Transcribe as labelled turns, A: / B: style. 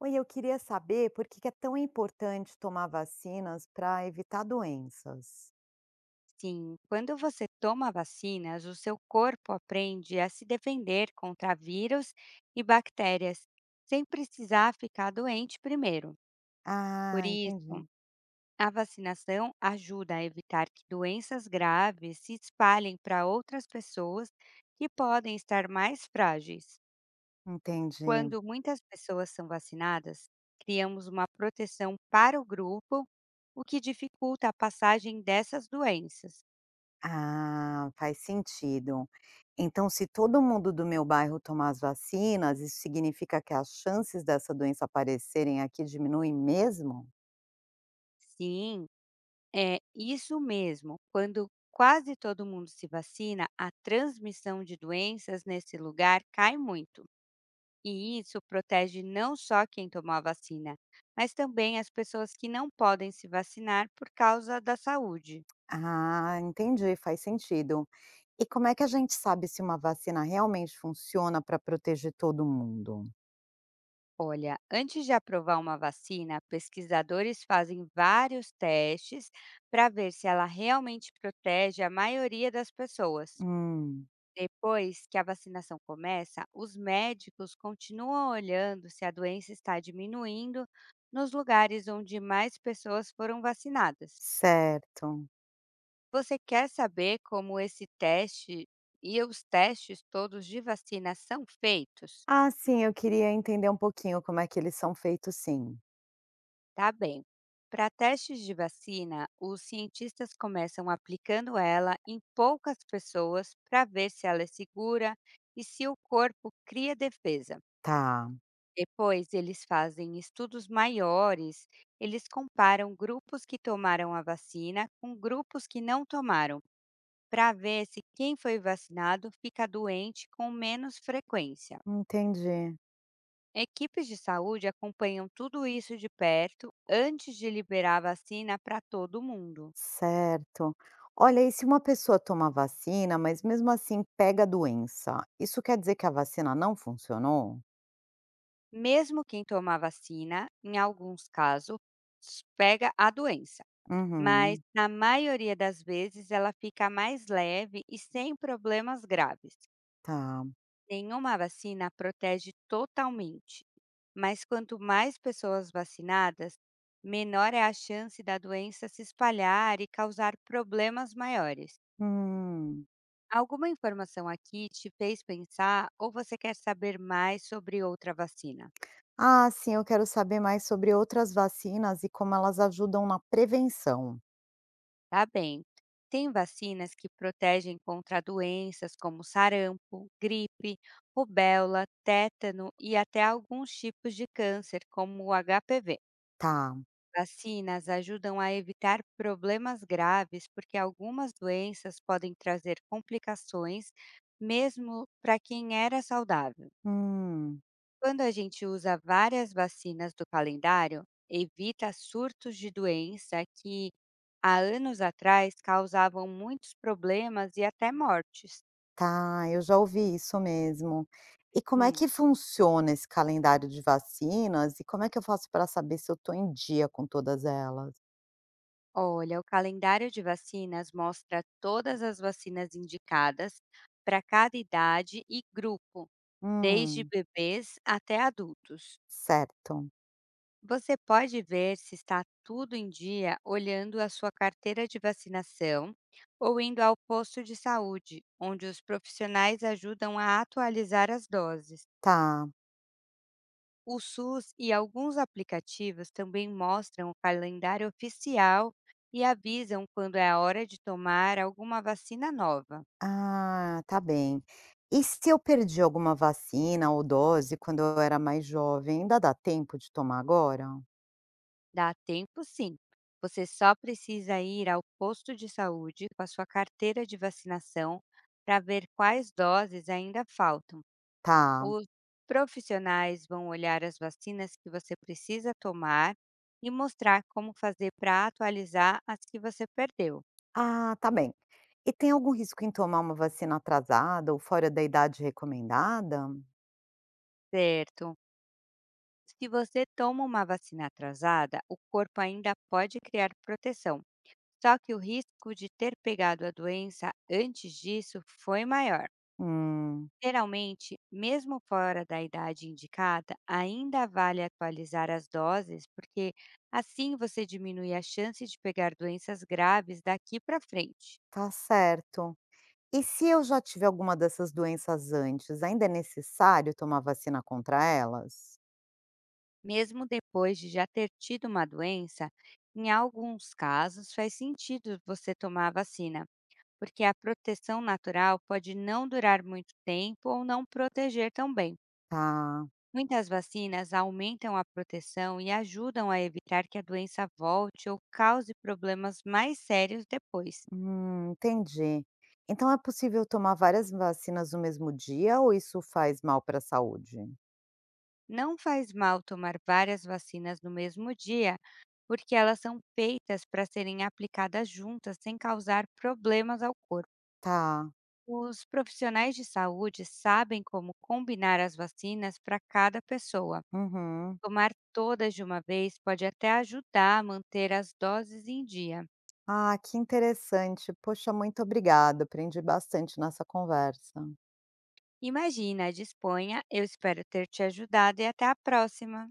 A: Oi, eu queria saber por que é tão importante tomar vacinas para evitar doenças.
B: Sim, quando você toma vacinas, o seu corpo aprende a se defender contra vírus e bactérias, sem precisar ficar doente primeiro. Por
A: Ah,
B: isso,
A: entendi.
B: a vacinação ajuda a evitar que doenças graves se espalhem para outras pessoas que podem estar mais frágeis.
A: Entendi.
B: Quando muitas pessoas são vacinadas, criamos uma proteção para o grupo, o que dificulta a passagem dessas doenças.
A: Ah, faz sentido. Então, se todo mundo do meu bairro tomar as vacinas, isso significa que as chances dessa doença aparecerem aqui diminuem mesmo?
B: Sim, é, isso mesmo. Quando quase todo mundo se vacina, a transmissão de doenças nesse lugar cai muito. E isso protege não só quem tomou a vacina, mas também as pessoas que não podem se vacinar por causa da saúde.
A: Ah, entendi, faz sentido. E como é que a gente sabe se uma vacina realmente funciona para proteger todo mundo?
B: Olha, antes de aprovar uma vacina, pesquisadores fazem vários testes para ver se ela realmente protege a maioria das pessoas.
A: Hum,
B: Depois que a vacinação começa, os médicos continuam olhando se a doença está diminuindo nos lugares onde mais pessoas foram vacinadas.
A: certo.
B: Você quer saber como esse teste e os testes todos de vacina são feitos?
A: Ah, sim, eu queria entender um pouquinho como é que eles são feitos sim.
B: Tá bem. Para testes de vacina, os cientistas começam aplicando ela em poucas pessoas para ver se ela é segura e se o corpo cria defesa.
A: Tá,
B: Depois eles fazem estudos maiores, eles comparam grupos que tomaram a vacina com grupos que não tomaram, para ver se quem foi vacinado fica doente com menos frequência.
A: entendi.
B: Equipes de saúde acompanham tudo isso de perto antes de liberar a vacina para todo mundo.
A: Certo. Olha, e se uma pessoa toma vacina, mas mesmo assim pega a doença, isso quer dizer que a vacina não funcionou?
B: Mesmo quem toma a vacina, em alguns casos, pega a doença. Mas
A: Uhum,
B: na maioria das vezes ela fica mais leve e sem problemas graves.
A: tá.
B: Nenhuma vacina protege totalmente, mas quanto mais pessoas vacinadas, menor é a chance da doença se espalhar e causar problemas maiores.
A: Hum.
B: Alguma informação aqui te fez pensar ou você quer saber mais sobre outra vacina?
A: Ah, sim, eu quero saber mais sobre outras vacinas e como elas ajudam na prevenção.
B: Tá bem. Tem vacinas que protegem contra doenças como sarampo, gripe, rubéola, tétano e até alguns tipos de câncer, como o HPV.
A: Tá.
B: Vacinas ajudam a evitar problemas graves porque algumas doenças podem trazer complicações, mesmo para quem era saudável.
A: Hum.
B: Quando a gente usa várias vacinas do calendário, evita surtos de doença que há anos atrás causavam muitos problemas e até mortes.
A: Tá, eu já ouvi isso mesmo. E como é
B: Hum,
A: que funciona esse calendário de vacinas e como é que eu faço para saber se eu estou em dia com todas elas?
B: Olha, o calendário de vacinas mostra todas as vacinas indicadas para cada idade e grupo, desde
A: Hum,
B: bebês até adultos.
A: certo,
B: Você pode ver se está tudo em dia olhando a sua carteira de vacinação ou indo ao posto de saúde, onde os profissionais ajudam a atualizar as doses.
A: tá.
B: O SUS e alguns aplicativos também mostram o calendário oficial e avisam quando é a hora de tomar alguma vacina nova.
A: Ah, tá bem. E se eu perdi alguma vacina ou dose quando eu era mais jovem, ainda dá tempo de tomar agora?
B: Dá tempo, sim. Você só precisa ir ao posto de saúde com a sua carteira de vacinação para ver quais doses ainda faltam.
A: Tá.
B: Os profissionais vão olhar as vacinas que você precisa tomar e mostrar como fazer para atualizar as que você perdeu,
A: Ah, tá bem. E tem algum risco em tomar uma vacina atrasada ou fora da idade recomendada?
B: certo? Se você toma uma vacina atrasada, o corpo ainda pode criar proteção, só que o risco de ter pegado a doença antes disso foi maior.
A: Hum,
B: Geralmente, mesmo fora da idade indicada, ainda vale atualizar as doses, porque assim você diminui a chance de pegar doenças graves daqui para frente.
A: tá certo. E se eu já tive alguma dessas doenças antes, ainda é necessário tomar vacina contra elas?
B: Mesmo depois de já ter tido uma doença, em alguns casos faz sentido você tomar a vacina porque a proteção natural pode não durar muito tempo ou não proteger tão bem.
A: Tá,
B: Muitas vacinas aumentam a proteção e ajudam a evitar que a doença volte ou cause problemas mais sérios depois.
A: entendi. Então é possível tomar várias vacinas no mesmo dia ou isso faz mal para a saúde?
B: Não faz mal tomar várias vacinas no mesmo dia, porque elas são feitas para serem aplicadas juntas sem causar problemas ao corpo.
A: Tá,
B: Os profissionais de saúde sabem como combinar as vacinas para cada pessoa.
A: uhum.
B: Tomar todas de uma vez pode até ajudar a manter as doses em dia.
A: Ah, que interessante. Poxa, muito obrigada. Aprendi bastante nessa conversa.
B: Imagina, disponha, eu espero ter te ajudado e até a próxima!